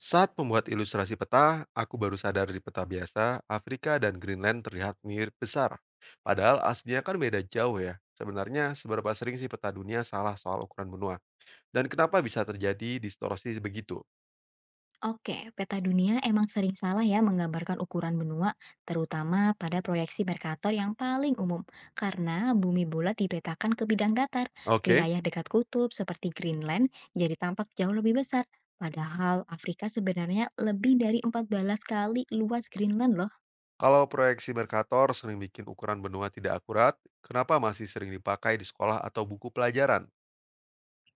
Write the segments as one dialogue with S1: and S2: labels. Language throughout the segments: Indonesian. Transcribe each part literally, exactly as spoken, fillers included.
S1: Saat membuat ilustrasi peta, aku baru sadar di peta biasa, Afrika dan Greenland terlihat mirip besar. Padahal aslinya kan beda jauh ya. Sebenarnya seberapa sering sih peta dunia salah soal ukuran benua? Dan kenapa bisa terjadi distorsi begitu?
S2: Oke, peta dunia emang sering salah ya menggambarkan ukuran benua, terutama pada proyeksi Mercator yang paling umum. Karena bumi bulat dipetakan ke bidang datar,
S1: Oke,
S2: wilayah dekat kutub seperti Greenland jadi tampak jauh lebih besar. Padahal Afrika sebenarnya lebih dari empat belas kali luas Greenland loh.
S1: kalau proyeksi Mercator sering bikin ukuran benua tidak akurat, kenapa masih sering dipakai di sekolah atau buku pelajaran?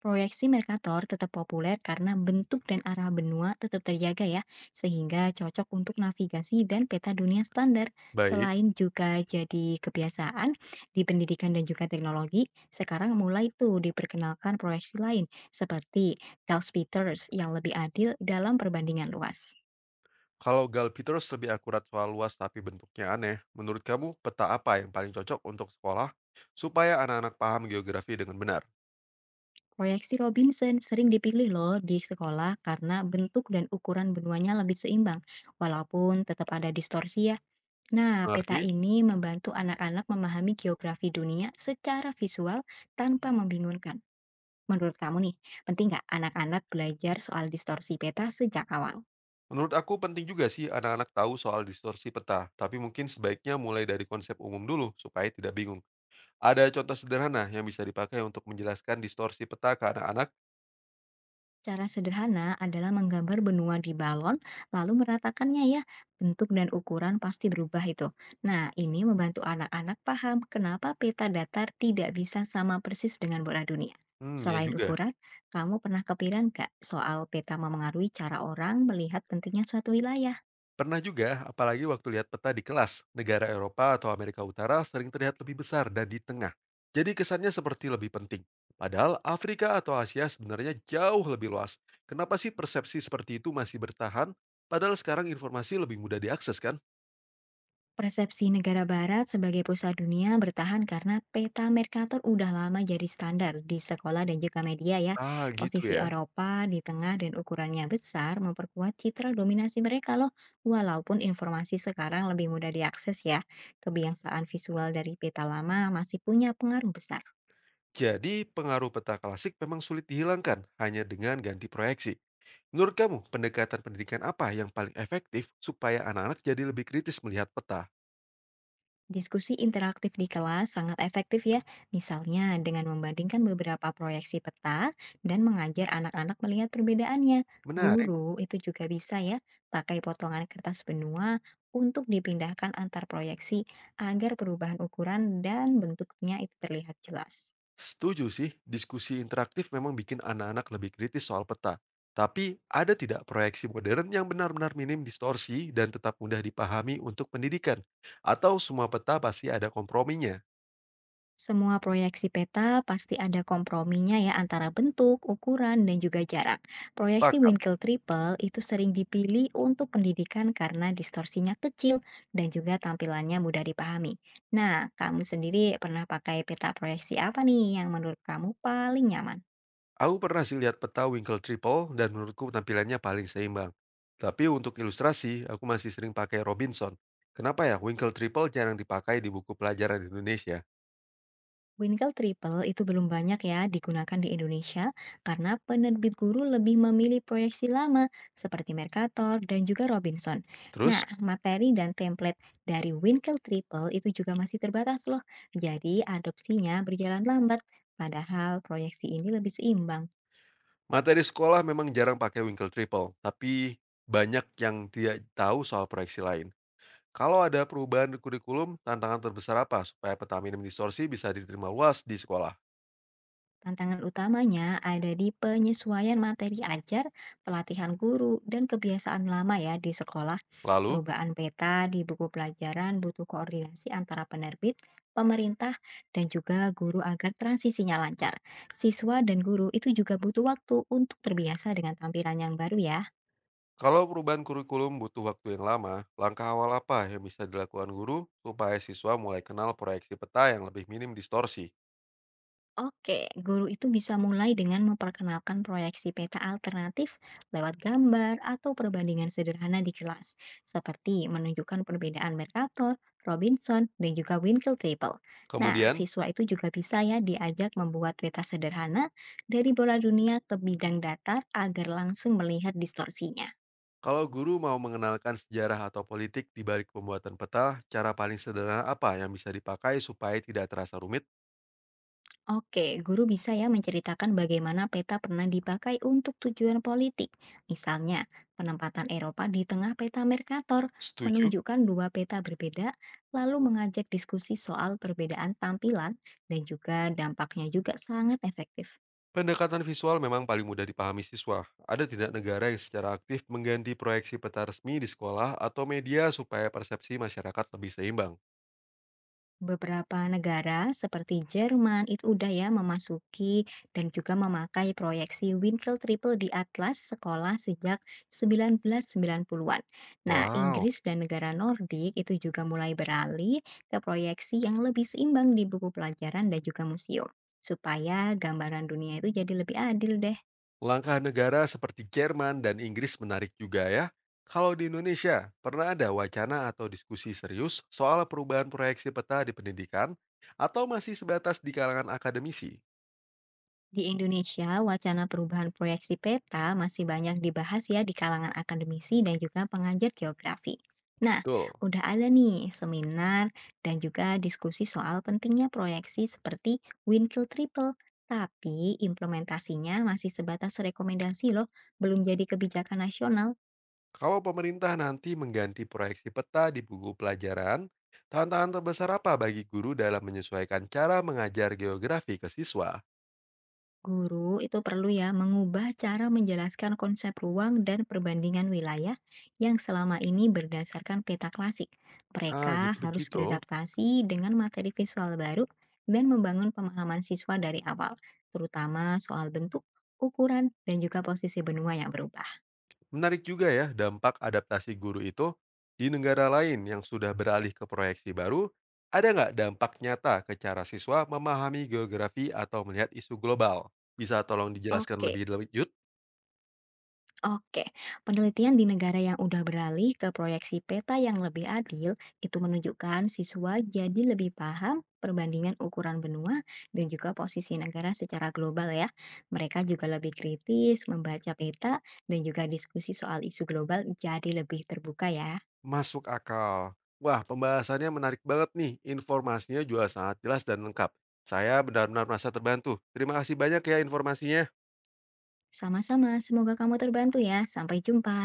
S2: Proyeksi Mercator tetap populer karena bentuk dan arah benua tetap terjaga ya, sehingga cocok untuk navigasi dan peta dunia standar.
S1: Baik,
S2: Selain juga jadi kebiasaan di pendidikan dan juga teknologi, sekarang mulai tuh diperkenalkan proyeksi lain seperti Tailspiters yang lebih adil dalam perbandingan luas.
S1: kalau Galapagos lebih akurat soal luas tapi bentuknya aneh, menurut kamu peta apa yang paling cocok untuk sekolah supaya anak-anak paham geografi dengan benar?
S2: Proyeksi Robinson sering dipilih loh di sekolah karena bentuk dan ukuran benuanya lebih seimbang, walaupun tetap ada distorsi ya. Nah, peta
S1: Mengerti?
S2: ini membantu anak-anak memahami geografi dunia secara visual tanpa membingungkan. Menurut kamu nih, penting nggak anak-anak belajar soal distorsi peta sejak awal?
S1: Menurut aku penting juga sih anak-anak tahu soal distorsi peta, tapi mungkin sebaiknya mulai dari konsep umum dulu supaya tidak bingung. Ada contoh sederhana yang bisa dipakai untuk menjelaskan distorsi peta ke anak-anak?
S2: Cara sederhana adalah menggambar benua di balon, lalu meratakannya ya. Bentuk dan ukuran pasti berubah itu. Nah, ini membantu anak-anak paham kenapa peta datar tidak bisa sama persis dengan bola dunia.
S1: Hmm, ya
S2: Selain
S1: juga.
S2: ukuran, kamu pernah kepikiran nggak soal peta memengaruhi cara orang melihat pentingnya suatu wilayah?
S1: Pernah juga, apalagi waktu lihat peta di kelas, negara Eropa atau Amerika Utara sering terlihat lebih besar dan di tengah. Jadi kesannya seperti lebih penting. Padahal Afrika atau Asia sebenarnya jauh lebih luas. Kenapa sih persepsi seperti itu masih bertahan? Padahal sekarang informasi lebih mudah diakses kan?
S2: Persepsi negara barat sebagai pusat dunia bertahan karena peta Mercator udah lama jadi standar di sekolah dan juga media ya.
S1: Ah, gitu
S2: Posisi
S1: ya.
S2: Eropa di tengah dan ukurannya besar memperkuat citra dominasi mereka loh. Walaupun informasi sekarang lebih mudah diakses ya. Kebiasaan visual dari peta lama masih punya pengaruh besar.
S1: Jadi pengaruh peta klasik memang sulit dihilangkan hanya dengan ganti proyeksi. Menurut kamu, pendekatan pendidikan apa yang paling efektif supaya anak-anak jadi lebih kritis melihat peta?
S2: Diskusi interaktif di kelas sangat efektif ya, misalnya dengan membandingkan beberapa proyeksi peta dan mengajar anak-anak melihat perbedaannya.
S1: Menarik.
S2: Guru itu juga bisa ya, pakai potongan kertas benua untuk dipindahkan antar proyeksi agar perubahan ukuran dan bentuknya itu terlihat jelas.
S1: Setuju sih, diskusi interaktif memang bikin anak-anak lebih kritis soal peta. Tapi ada tidak proyeksi modern yang benar-benar minim distorsi dan tetap mudah dipahami untuk pendidikan? Atau semua peta pasti ada komprominya?
S2: Semua proyeksi peta pasti ada komprominya ya antara bentuk, ukuran, dan juga jarak. Proyeksi
S1: Sepakat.
S2: Winkel Triple itu sering dipilih untuk pendidikan karena distorsinya kecil dan juga tampilannya mudah dipahami. Nah, kamu sendiri pernah pakai peta proyeksi apa nih yang menurut kamu paling nyaman?
S1: Aku pernah sih lihat peta Winkle Triple dan menurutku tampilannya paling seimbang. Tapi untuk ilustrasi, aku masih sering pakai Robinson. Kenapa ya Winkle Triple jarang dipakai di buku pelajaran Indonesia?
S2: Winkel Triple itu belum banyak ya digunakan di Indonesia karena penerbit guru lebih memilih proyeksi lama seperti Mercator dan juga Robinson.
S1: Terus,
S2: Nah, materi dan template dari Winkel Triple itu juga masih terbatas loh. Jadi adopsinya berjalan lambat, padahal proyeksi ini lebih seimbang.
S1: materi sekolah memang jarang pakai Winkle Triple, tapi banyak yang tidak tahu soal proyeksi lain. Kalau ada perubahan di kurikulum, tantangan terbesar apa supaya peta minim distorsi bisa diterima luas di sekolah?
S2: Tantangan utamanya ada di penyesuaian materi ajar, pelatihan guru, dan kebiasaan lama ya di sekolah.
S1: Lalu,
S2: Perubahan peta di buku pelajaran butuh koordinasi antara penerbit, pemerintah, dan juga guru agar transisinya lancar. Siswa dan guru itu juga butuh waktu untuk terbiasa dengan tampilan yang baru ya.
S1: kalau perubahan kurikulum butuh waktu yang lama, langkah awal apa yang bisa dilakukan guru supaya siswa mulai kenal proyeksi peta yang lebih minim distorsi?
S2: Oke, guru itu bisa mulai dengan memperkenalkan proyeksi peta alternatif lewat gambar atau perbandingan sederhana di kelas, seperti menunjukkan perbedaan Mercator, Robinson, dan juga Winkel Table. Nah,
S1: Kemudian,
S2: siswa itu juga bisa ya diajak membuat peta sederhana dari bola dunia ke bidang datar agar langsung melihat distorsinya.
S1: kalau guru mau mengenalkan sejarah atau politik di balik pembuatan peta, cara paling sederhana apa yang bisa dipakai supaya tidak terasa rumit?
S2: Oke, guru bisa ya menceritakan bagaimana peta pernah dipakai untuk tujuan politik. Misalnya, penempatan Eropa di tengah peta Mercator
S1: Setuju?
S2: menunjukkan dua peta berbeda, lalu mengajak diskusi soal perbedaan tampilan dan juga dampaknya juga sangat efektif.
S1: Pendekatan visual memang paling mudah dipahami siswa. Ada tidak negara yang secara aktif mengganti proyeksi peta resmi di sekolah atau media supaya persepsi masyarakat lebih seimbang?
S2: Beberapa negara seperti Jerman itu udah ya memasuki dan juga memakai proyeksi Winkel Triple di atlas sekolah sejak sembilan belas sembilan puluhan-an. Nah,
S1: Wow,
S2: Inggris dan negara Nordik itu juga mulai beralih ke proyeksi yang lebih seimbang di buku pelajaran dan juga museum. Supaya gambaran dunia itu jadi lebih adil deh.
S1: langkah negara seperti Jerman dan Inggris menarik juga ya. Kalau di Indonesia, pernah ada wacana atau diskusi serius soal perubahan proyeksi peta di pendidikan atau masih sebatas di kalangan akademisi?
S2: Di Indonesia, wacana perubahan proyeksi peta masih banyak dibahas ya di kalangan akademisi dan juga pengajar geografi. Nah,
S1: Betul.
S2: udah ada nih seminar dan juga diskusi soal pentingnya proyeksi seperti Winkel Triple, tapi implementasinya masih sebatas rekomendasi loh, belum jadi kebijakan nasional.
S1: Kalau pemerintah nanti mengganti proyeksi peta di buku pelajaran, tantangan terbesar apa bagi guru dalam menyesuaikan cara mengajar geografi ke siswa?
S2: Guru itu perlu ya mengubah cara menjelaskan konsep ruang dan perbandingan wilayah yang selama ini berdasarkan peta klasik.
S1: Ah,
S2: Mereka
S1: jadi
S2: harus
S1: begitu.
S2: beradaptasi dengan materi visual baru dan membangun pemahaman siswa dari awal, terutama soal bentuk, ukuran, dan juga posisi benua yang berubah.
S1: Menarik juga ya dampak adaptasi guru itu di negara lain yang sudah beralih ke proyeksi baru. Ada nggak dampak nyata ke cara siswa memahami geografi atau melihat isu global? Bisa tolong dijelaskan
S2: Oke,
S1: lebih lanjut?
S2: Oke, penelitian di negara yang udah beralih ke proyeksi peta yang lebih adil itu menunjukkan siswa jadi lebih paham perbandingan ukuran benua dan juga posisi negara secara global ya. Mereka juga lebih kritis membaca peta dan juga diskusi soal isu global jadi lebih terbuka ya.
S1: Masuk akal. Wah, pembahasannya menarik banget nih. Informasinya juga sangat jelas dan lengkap. Saya benar-benar merasa terbantu. Terima kasih banyak ya informasinya.
S2: Sama-sama, semoga kamu terbantu ya. Sampai jumpa.